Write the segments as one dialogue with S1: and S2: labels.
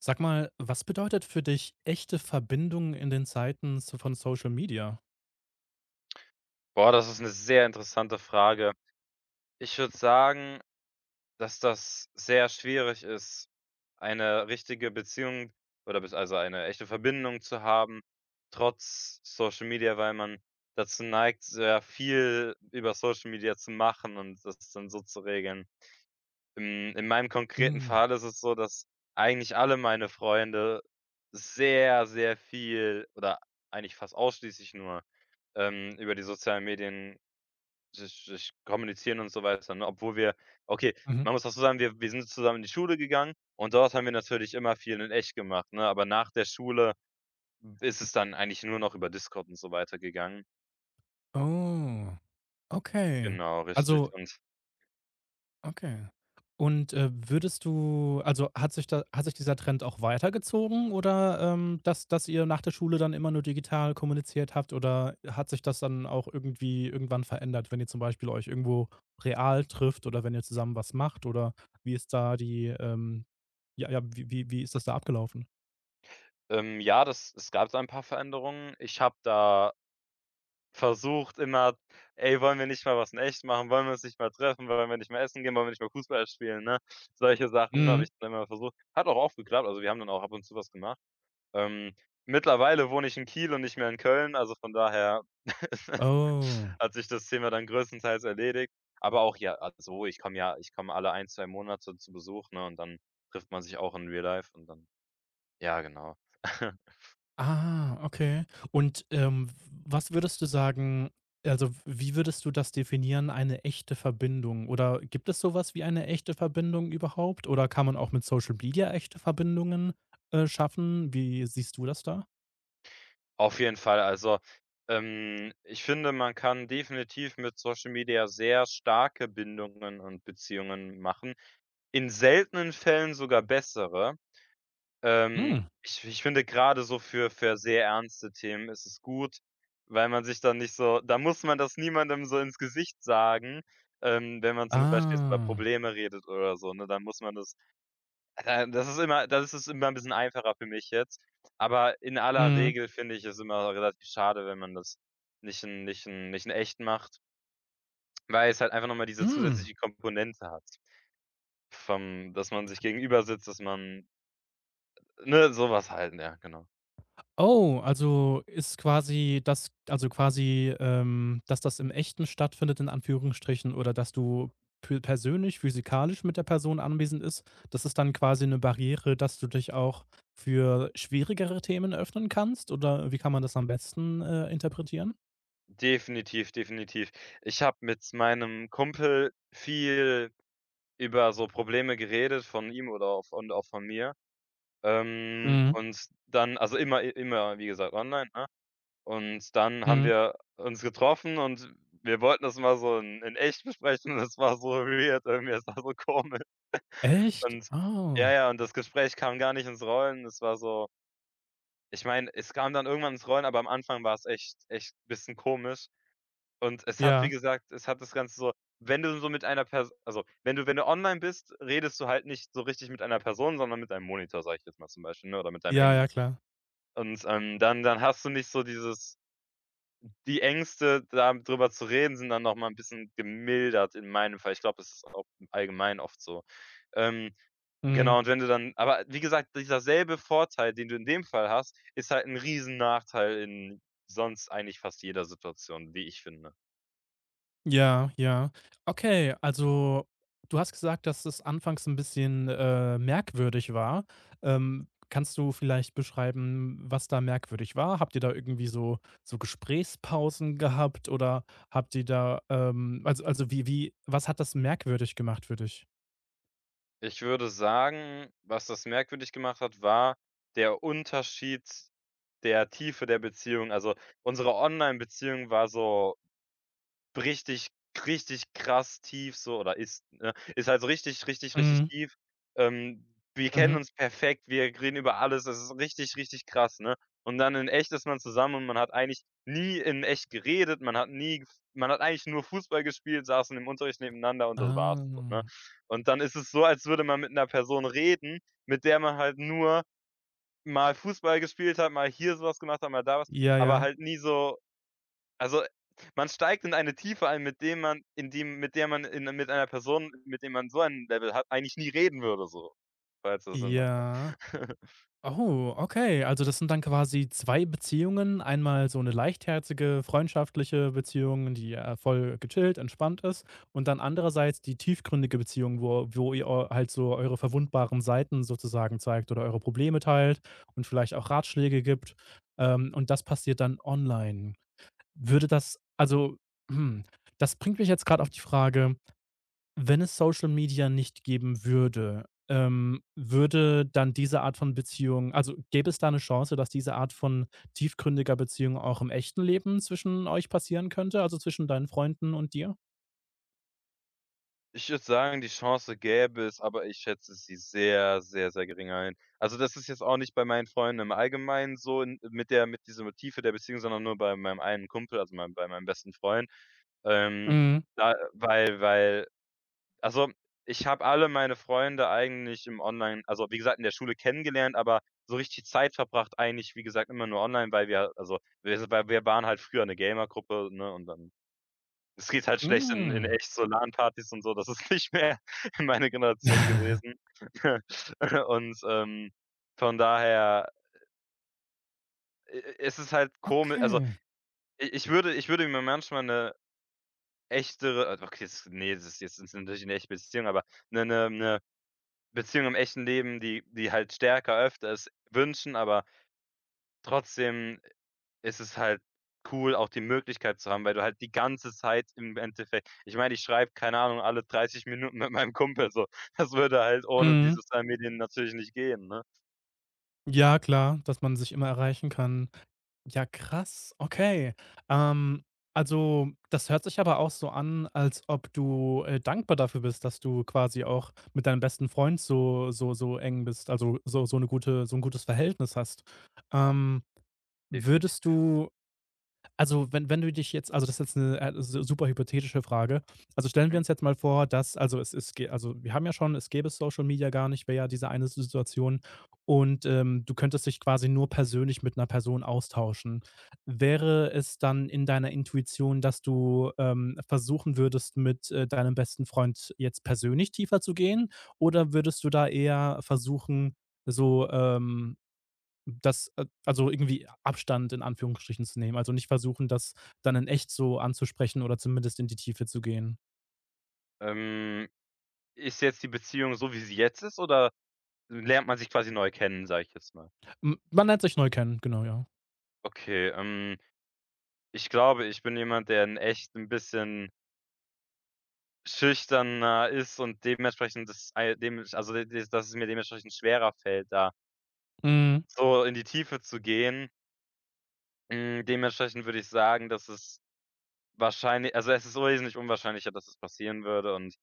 S1: Sag mal, was bedeutet für dich echte Verbindung in den Zeiten so von Social Media?
S2: Boah, das ist eine sehr interessante Frage. Ich würde sagen, dass das sehr schwierig ist, eine richtige Beziehung oder bis also eine echte Verbindung zu haben, trotz Social Media, weil man dazu neigt, sehr viel über Social Media zu machen und das dann so zu regeln. In meinem konkreten
S1: Mhm.
S2: Fall ist es so, dass eigentlich alle meine Freunde sehr, sehr viel oder eigentlich fast ausschließlich nur, über die sozialen Medien sich kommunizieren und so weiter, ne? Obwohl wir okay,
S1: Mhm.
S2: man muss auch so sagen, wir sind zusammen in die Schule gegangen und dort haben wir natürlich immer viel in echt gemacht, ne? Aber nach der Schule ist es dann eigentlich nur noch über Discord und so weiter gegangen.
S1: Oh, okay.
S2: Genau, richtig.
S1: Also
S2: Und,
S1: okay. Und, würdest du also, hat sich dieser Trend auch weitergezogen oder, dass ihr nach der Schule dann immer nur digital kommuniziert habt oder hat sich das dann auch irgendwie irgendwann verändert, wenn ihr zum Beispiel euch irgendwo real trifft oder wenn ihr zusammen was macht oder wie ist da ja, ja, wie ist das da abgelaufen?
S2: ja, das es gab da ein paar Veränderungen. Ich habe da versucht immer: „Ey, wollen wir nicht mal was in echt machen? Wollen wir uns nicht mal treffen? Wollen wir nicht mal essen gehen? Wollen wir nicht mal Fußball spielen?“, ne? Solche Sachen habe
S1: Mhm.
S2: ich dann immer versucht. Hat auch oft geklappt, also wir haben dann auch ab und zu was gemacht. Ähm, Mittlerweile wohne ich in Kiel und nicht mehr in Köln, also von daher
S1: Oh.
S2: hat sich das Thema dann größtenteils erledigt. Aber auch ja, also so, ich komme alle ein 2 Monate zu Besuch, ne, und dann trifft man sich auch in Real Life und dann ja, genau.
S1: Ah, okay. Und, was würdest du sagen also, wie würdest du das definieren, eine echte Verbindung? Oder gibt es sowas wie eine echte Verbindung überhaupt? Oder kann man auch mit Social Media echte Verbindungen, schaffen? Wie siehst du das da?
S2: Auf jeden Fall, also, ich finde, man kann definitiv mit Social Media sehr starke Bindungen und Beziehungen machen, in seltenen Fällen sogar bessere. Ähm,
S1: Hm.
S2: ich finde gerade so für sehr ernste Themen ist es gut, weil man sich dann nicht so da muss man das niemandem so ins Gesicht sagen, wenn man zum Beispiel jetzt über
S1: Ah.
S2: Probleme redet oder so, ne? Dann muss man das das ist immer das ist es immer ein bisschen einfacher für mich jetzt. Aber in aller
S1: Mhm.
S2: Regel finde ich es immer relativ schade, wenn man das nicht in echt macht, weil es halt einfach noch mal diese
S1: Hm.
S2: zusätzliche Komponente hat vom dass man sich gegenüber sitzt, dass man ne, sowas was halt, ja, genau.
S1: Oh, also ist quasi das also quasi, dass das im Echten stattfindet in Anführungsstrichen oder dass du pö persönlich, physikalisch mit der Person anwesend ist, das ist dann quasi eine Barriere, dass du dich auch für schwierigere Themen öffnen kannst oder wie kann man das am besten, interpretieren?
S2: Definitiv, definitiv. Ich habe mit meinem Kumpel viel über so Probleme geredet von ihm oder auch und auch von mir.
S1: Mhm,
S2: Und dann immer, wie gesagt, online, ne? Und dann haben
S1: mhm.
S2: wir uns getroffen und wir wollten das mal so in echt besprechen. Das war so weird irgendwie, das war so komisch.
S1: Echt?
S2: Und
S1: Oh.
S2: ja, und das Gespräch kam gar nicht ins Rollen. Das war so ich meine, es kam dann irgendwann ins Rollen, aber am Anfang war es echt ein bisschen komisch. Und es hat, wie
S1: Ja.
S2: gesagt es hat das Ganze so wenn du so mit einer Person, also, wenn du online bist, redest du halt nicht so richtig mit einer Person, sondern mit einem Monitor, sage ich jetzt mal zum Beispiel, ne, oder mit deinem
S1: Ja, ja,
S2: Handy.
S1: klar.
S2: Und, dann hast du nicht so dieses die Ängste, darüber zu reden, sind dann noch mal 'n bisschen gemildert in meinem Fall. Ich glaube, das ist auch im Allgemeinen oft so. Ähm,
S1: Mhm.
S2: genau, und wenn du dann aber wie gesagt, dieser selbe Vorteil, den du in dem Fall hast, ist halt ein Riesen Nachteil in sonst eigentlich fast jeder Situation, wie ich finde.
S1: Ja, ja. Okay, also du hast gesagt, dass es anfangs ein bisschen, merkwürdig war. Kannst du vielleicht beschreiben, was da merkwürdig war? Habt ihr da irgendwie so Gesprächspausen gehabt oder habt ihr da, also wie wie was hat das merkwürdig gemacht für dich?
S2: Ich würde sagen, was das merkwürdig gemacht hat, war der Unterschied der Tiefe der Beziehung. Also, unsere Online-Beziehung war so Richtig richtig krass tief so oder ist, ne? Ist halt so richtig, richtig, richtig
S1: Mhm,
S2: tief. Ähm, wir
S1: mhm.
S2: kennen uns perfekt, wir reden über alles, das ist richtig, richtig krass, ne? Und dann in echt ist man zusammen und man hat eigentlich nie in echt geredet, man hat nie gef man hat eigentlich nur Fußball gespielt, saßen im Unterricht nebeneinander und das war's so, ne?
S1: Ah.
S2: Und dann ist es so, als würde man mit einer Person reden, mit der man halt nur mal Fußball gespielt hat, mal hier so was gemacht hat, mal da was,
S1: Ja,
S2: aber
S1: ja.
S2: halt nie so also, man steigt in eine Tiefe ein, mit einer Person, mit dem man so ein Level hat, eigentlich nie reden würde so, falls das Sinn macht.
S1: Ja. Oh, okay. Also, das sind dann quasi 2 Beziehungen. Einmal so eine leichtherzige, freundschaftliche Beziehung, die, voll gechillt, entspannt ist und dann andererseits die tiefgründige Beziehung, wo ihr eu halt so eure verwundbaren Seiten sozusagen zeigt oder eure Probleme teilt und vielleicht auch Ratschläge gibt. Und das passiert dann online. Würde das also, hm, das bringt mich jetzt gerade auf die Frage, wenn es Social Media nicht geben würde, würde dann diese Art von Beziehung also, gäbe es da eine Chance, dass diese Art von tiefgründiger Beziehung auch im echten Leben zwischen euch passieren könnte, also, zwischen deinen Freunden und dir?
S2: Ich würde sagen, die Chance gäbe es, aber ich schätze sie sehr, sehr, sehr gering ein. Also, das ist jetzt auch nicht bei meinen Freunden im Allgemeinen so in mit der mit dieser Tiefe der Beziehung, sondern nur bei meinem einen Kumpel, also mein bei meinem besten Freund. Ähm,
S1: Mhm.
S2: da weil Also, ich habe alle meine Freunde eigentlich im Online also, wie gesagt, in der Schule kennengelernt, aber so richtig Zeit verbracht eigentlich, wie gesagt, immer nur online, weil wir also, wir sind weil wir waren halt früher 'ne Gamergruppe, ne, und dann es geht halt schlecht in
S1: Hm.
S2: echt so LAN-Partys und so, das ist nicht mehr meine Generation gewesen. Und, von daher, i ist es halt komi also,
S1: Okay.
S2: i ich würde mir manchmal 'ne echtere, okay, das ne, das ist jetzt natürlich 'ne echte Beziehung, aber 'ne Beziehung im echten Leben, die die halt stärker öfters wünschen, aber trotzdem ist es halt cool, auch die Möglichkeit zu haben, weil du halt die ganze Zeit im Endeffekt ich meine, ich schreibe, keine Ahnung, alle 30 Minuten mit meinem Kumpel so. Das würde halt ohne die
S1: Mhm.
S2: sozialen Medien natürlich nicht gehen, ne?
S1: Ja, klar, dass man sich immer erreichen kann. Ja, krass, okay. Ähm, also, das hört sich aber auch so an, als ob du, dankbar dafür bist, dass du quasi auch mit deinem besten Freund so eng bist, also so ein gutes Verhältnis hast. Ähm,
S2: Definitiv.
S1: würdest du also, wenn du dich jetzt also, das ist jetzt 'ne, su super hypothetische Frage. Also, stellen wir
S2: Mhm.
S1: uns jetzt mal vor, dass also, es ist also, wir haben ja schon es gäbe Social Media gar nicht, wäre ja diese eine Situation und, du könntest dich quasi nur persönlich mit einer Person austauschen. Wäre es dann in deiner Intuition, dass du, versuchen würdest, mit, deinem besten Freund jetzt persönlich tiefer zu gehen? Oder würdest du da eher versuchen, so, das also irgendwie Abstand in Anführungsstrichen zu nehmen, also nicht versuchen, das dann in echt so anzusprechen oder zumindest in die Tiefe zu gehen.
S2: Ähm, ist jetzt die Beziehung so, wie sie jetzt ist oder lernt man sich quasi neu kennen, sage ich jetzt mal?
S1: M man lernt sich neu kennen, genau, ja.
S2: Okay, ich glaube, ich bin jemand, der in echt ein bisschen Schüchterner ist und dementsprechend das ei dem also, d d dass es mir dementsprechend schwerer fällt, da
S1: Mhm.
S2: so in die Tiefe zu gehen. Dementsprechend würde ich sagen, dass es wahrscheinlich also, es ist wesentlich unwahrscheinlicher, dass es passieren würde und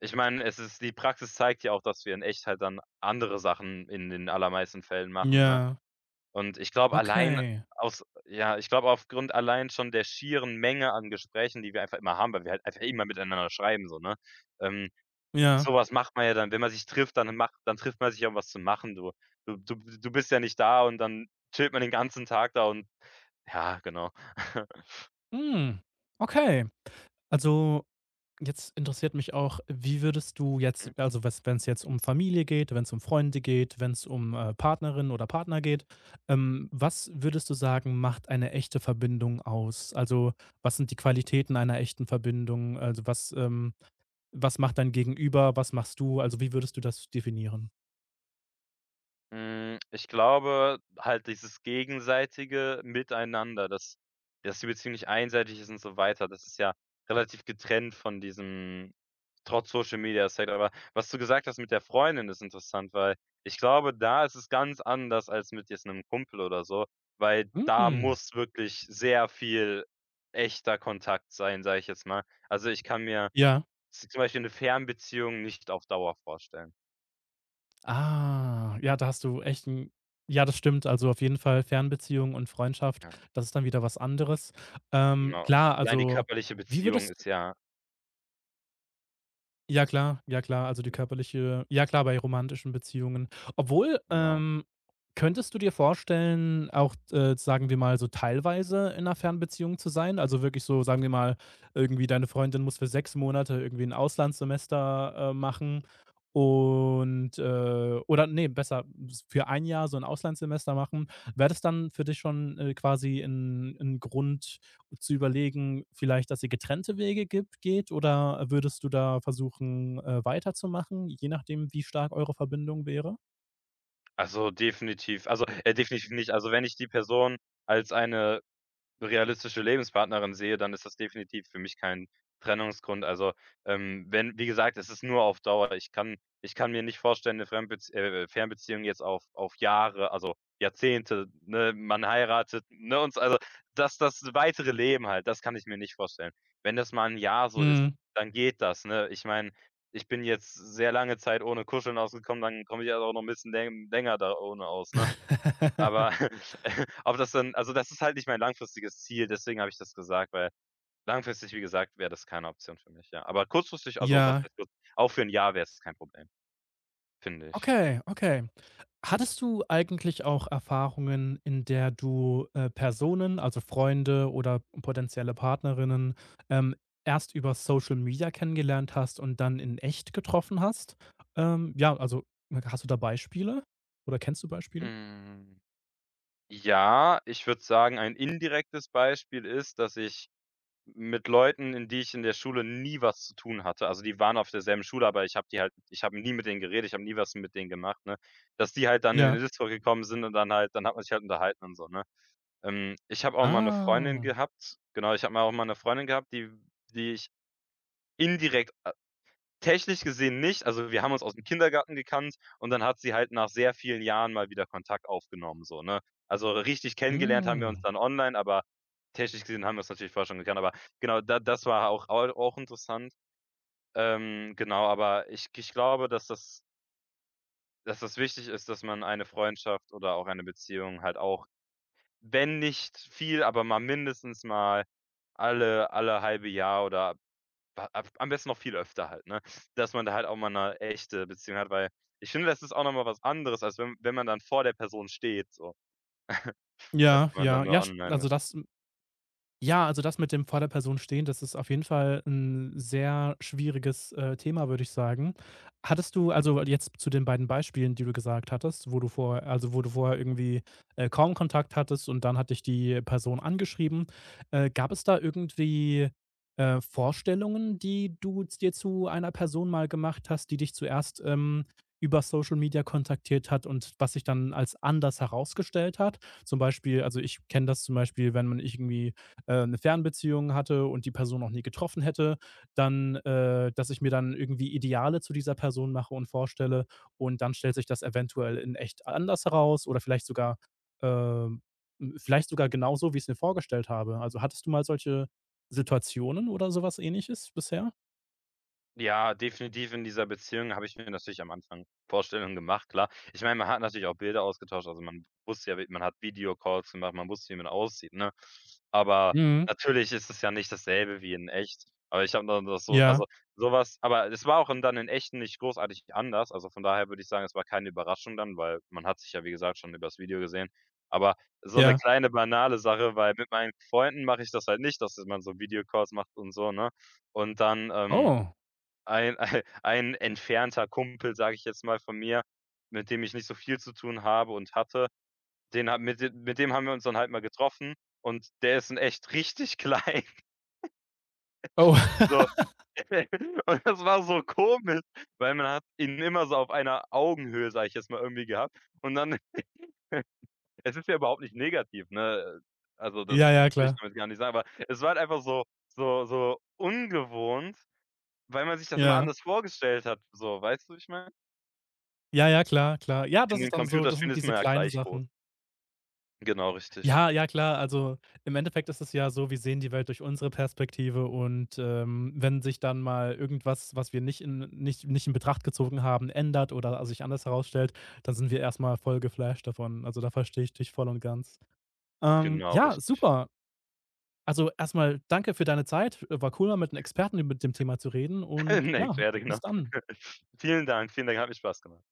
S2: ich meine, es ist die Praxis zeigt ja auch, dass wir in echt halt dann andere Sachen in den allermeisten Fällen machen, ne?
S1: Ja,
S2: Und ich glaube, allein
S1: okay.
S2: aus ja, ich glaube, aufgrund allein schon der schieren Menge an Gesprächen, die wir einfach immer haben, weil wir halt einfach immer miteinander schreiben so, ne? Ähm
S1: Ja.
S2: So was macht man ja dann. Wenn man sich trifft, dann trifft man sich ja, um was zu machen, du. Du bist ja nicht da und dann chillt man den ganzen Tag da und ja, genau.
S1: Mhm. Okay. Also jetzt interessiert mich auch, wie würdest du jetzt, also wenn es jetzt um Familie geht, wenn es um Freunde geht, wenn es um Partnerin oder Partner geht, was würdest du sagen, macht eine echte Verbindung aus? Also was sind die Qualitäten einer echten Verbindung? Also was macht dein Gegenüber? Was machst du? Also wie würdest du das definieren?
S2: Ich glaube halt dieses gegenseitige Miteinander, dass die Beziehung nicht einseitig ist und so weiter. Das ist ja relativ getrennt von diesem trotz Social Media Aspekt. Aber was du gesagt hast mit der Freundin ist interessant, weil ich glaube, da ist es ganz anders als mit jetzt einem Kumpel oder so, weil da
S1: Mhm.
S2: muss wirklich sehr viel echter Kontakt sein, sage ich jetzt mal. Also, ich kann mir
S1: Ja.
S2: z zum Beispiel eine Fernbeziehung nicht auf Dauer vorstellen.
S1: Ah, ja, da hast du echt ein. Ja, das stimmt. Also, auf jeden Fall Fernbeziehung und Freundschaft,
S2: Ja.
S1: das ist dann wieder was anderes. Ähm,
S2: Genau.
S1: klar,
S2: Allein die
S1: also,
S2: körperliche
S1: wie
S2: Beziehung
S1: würdest
S2: ist ja
S1: ja klar, ja klar, also die
S2: mhm,
S1: körperliche ja klar, bei romantischen Beziehungen. Obwohl,
S2: genau.
S1: könntest du dir vorstellen, auch, sagen wir mal, so teilweise in einer Fernbeziehung zu sein? Also wirklich so, sagen wir mal, irgendwie deine Freundin muss für 6 Monate irgendwie ein Auslandssemester, machen und, oder nee, besser, s für ein Jahr so ein Auslandssemester machen. Wäre das dann für dich schon, quasi ein 'n Grund zu überlegen, vielleicht, dass ihr getrennte Wege gibt geht oder würdest du da versuchen, weiterzumachen, je nachdem, wie stark eure Verbindung wäre?
S2: Also, definitiv nicht. Also, wenn ich die Person als eine realistische Lebenspartnerin sehe, dann ist das definitiv für mich kein Trennungsgrund. Also, wenn wie gesagt, es ist nur auf Dauer. Ich kann mir nicht vorstellen, eine Fremdbezie Fernbeziehung jetzt auf Jahre, also, Jahrzehnte, ne? Man heiratet, ne, und s also, das weitere Leben halt, das kann ich mir nicht vorstellen. Wenn das mal ein Jahr so ist,
S1: Mhm.
S2: dann geht das, ne? Ich meine, ich bin jetzt sehr lange Zeit ohne Kuscheln ausgekommen, dann komme ich halt auch noch ein bisschen länger da ohne aus, ne? Aber ob das dann also, das ist halt nicht mein langfristiges Ziel, deswegen habe ich das gesagt, weil langfristig, wie gesagt, wäre das keine Option für mich, ja. Aber kurzfristig also, was
S1: Ja,
S2: heißt kurz auch für ein Jahr wäre es kein Problem, finde ich.
S1: okay, okay. Hattest du eigentlich auch Erfahrungen, in der du, Personen, also Freunde oder potenzielle Partnerinnen, ähm, erst über Social Media kennengelernt hast und dann in echt getroffen hast? Ja, also hast du da Beispiele oder kennst du Beispiele?
S2: Hm, ja, ich würde sagen, ein indirektes Beispiel ist, dass ich mit Leuten, in die ich in der Schule nie was zu tun hatte also, die waren auf derselben Schule, aber ich habe nie mit denen geredet, ich habe nie was mit denen gemacht, ne? Dass die halt dann in
S1: Ja.
S2: den Discord gekommen sind und dann hat man sich halt unterhalten und so, ne? Ich habe auch mal 'ne Freundin
S1: Ah,
S2: gehabt genau, ich habe mal auch mal 'ne Freundin gehabt, die ich indirekt a technisch gesehen nicht also, wir haben uns aus'm Kindergarten gekannt und dann hat sie halt nach sehr vielen Jahren mal wieder Kontakt aufgenommen so, ne? Also, richtig kennengelernt haben wir uns
S1: mhm.
S2: dann online, aber technisch gesehen haben wir uns natürlich vorher schon gekannt, aber genau, da das war auch au auch interessant. Genau, aber ich glaube, dass das wichtig ist, dass man eine Freundschaft oder auch eine Beziehung halt auch Wenn nicht viel, aber mal mindestens mal alle halbe Jahr oder a ab am besten noch viel öfter halt, ne? Dass man da halt auch mal eine echte Beziehung hat, weil ich finde, das ist auch noch mal was anderes, als wenn man dann vor der Person steht so, als
S1: Ja,
S2: wenn man
S1: ja,
S2: dann
S1: ja,
S2: nur
S1: st
S2: online
S1: also
S2: ist.
S1: das. Ja, also das mit dem vor der Person stehen, das ist auf jeden Fall ein sehr schwieriges, Thema, würde ich sagen. Hattest du also jetzt zu den beiden Beispielen, die du gesagt hattest, wo du vorher irgendwie, kaum Kontakt hattest und dann hat dich die Person angeschrieben. Gab es da irgendwie, Vorstellungen, die du dir zu einer Person mal gemacht hast, die dich zuerst, über Social Media kontaktiert hat und was sich dann als anders herausgestellt hat? Zum Beispiel also ich kenne das zum Beispiel, wenn man irgendwie 'ne Fernbeziehung hatte und die Person noch nie getroffen hätte, dann dass ich mir dann irgendwie Ideale zu dieser Person mache und vorstelle und dann stellt sich das eventuell in echt anders heraus oder vielleicht sogar, ähm vielleicht sogar genauso, wie ich es mir vorgestellt habe. Also, hattest du mal solche Situationen oder sowas Ähnliches bisher?
S2: Ja, definitiv in dieser Beziehung habe ich mir natürlich am Anfang Vorstellungen gemacht, klar. Ich meine, man hat natürlich auch Bilder ausgetauscht, also man wusste ja, wie man hat Videocalls gemacht, man wusste, wie man aussieht, ne? Aber
S1: Mhm.
S2: natürlich ist es ja nicht dasselbe wie in echt. Aber ich habe dann das so
S1: Ja,
S2: also, sowas aber es war auch in dann in echt nicht großartig anders. Also, von daher würde ich sagen, es war keine Überraschung dann, weil man hat sich ja, wie gesagt, schon übers Video gesehen. Aber so eine
S1: ja.
S2: kleine banale Sache, weil mit meinen Freunden mache ich das halt nicht, dass man so Videocalls macht und so, ne? Und dann,
S1: Oh.
S2: ein ein entfernter Kumpel, sage ich jetzt mal, von mir, mit dem ich nicht so viel zu tun habe und hatte, den hab mit dem haben wir uns dann halt mal getroffen und der ist in echt richtig klein,
S1: Oh.
S2: so. Und das war so komisch, weil man hat ihn immer so auf einer Augenhöhe, sage ich jetzt mal, irgendwie gehabt. Und dann es ist ja überhaupt nicht negativ, ne? Also, das
S1: Ja,
S2: das
S1: ja,
S2: will ich
S1: klar.
S2: damit gar nicht sagen, aber es war halt einfach so ungewohnt, weil man sich das immer
S1: Ja.
S2: anders vorgestellt hat, so. Weißt du, wie ich meine?
S1: Ja, ja, klar, klar. Ja,
S2: In
S1: das
S2: den
S1: ist dann so. Das sind
S2: Computerspielen ist
S1: diese
S2: man ja
S1: kleinen
S2: gleich groß.
S1: Sachen.
S2: Genau richtig.
S1: Ja, ja, klar. Also im Endeffekt ist es ja so, wir sehen die Welt durch unsere Perspektive und wenn sich dann mal irgendwas, was wir nicht in Betracht gezogen haben, ändert oder sich anders herausstellt, dann sind wir erstmal voll geflasht davon. Also da verstehe ich dich voll und ganz.
S2: Genau
S1: Ja,
S2: richtig.
S1: super. Also erstmal danke für deine Zeit. War cool, mal mit einem Experten über dem Thema zu reden und
S2: 'Ne
S1: ja,
S2: Pferde
S1: bis
S2: genau.
S1: dann.
S2: Vielen Dank, hat mir Spaß gemacht.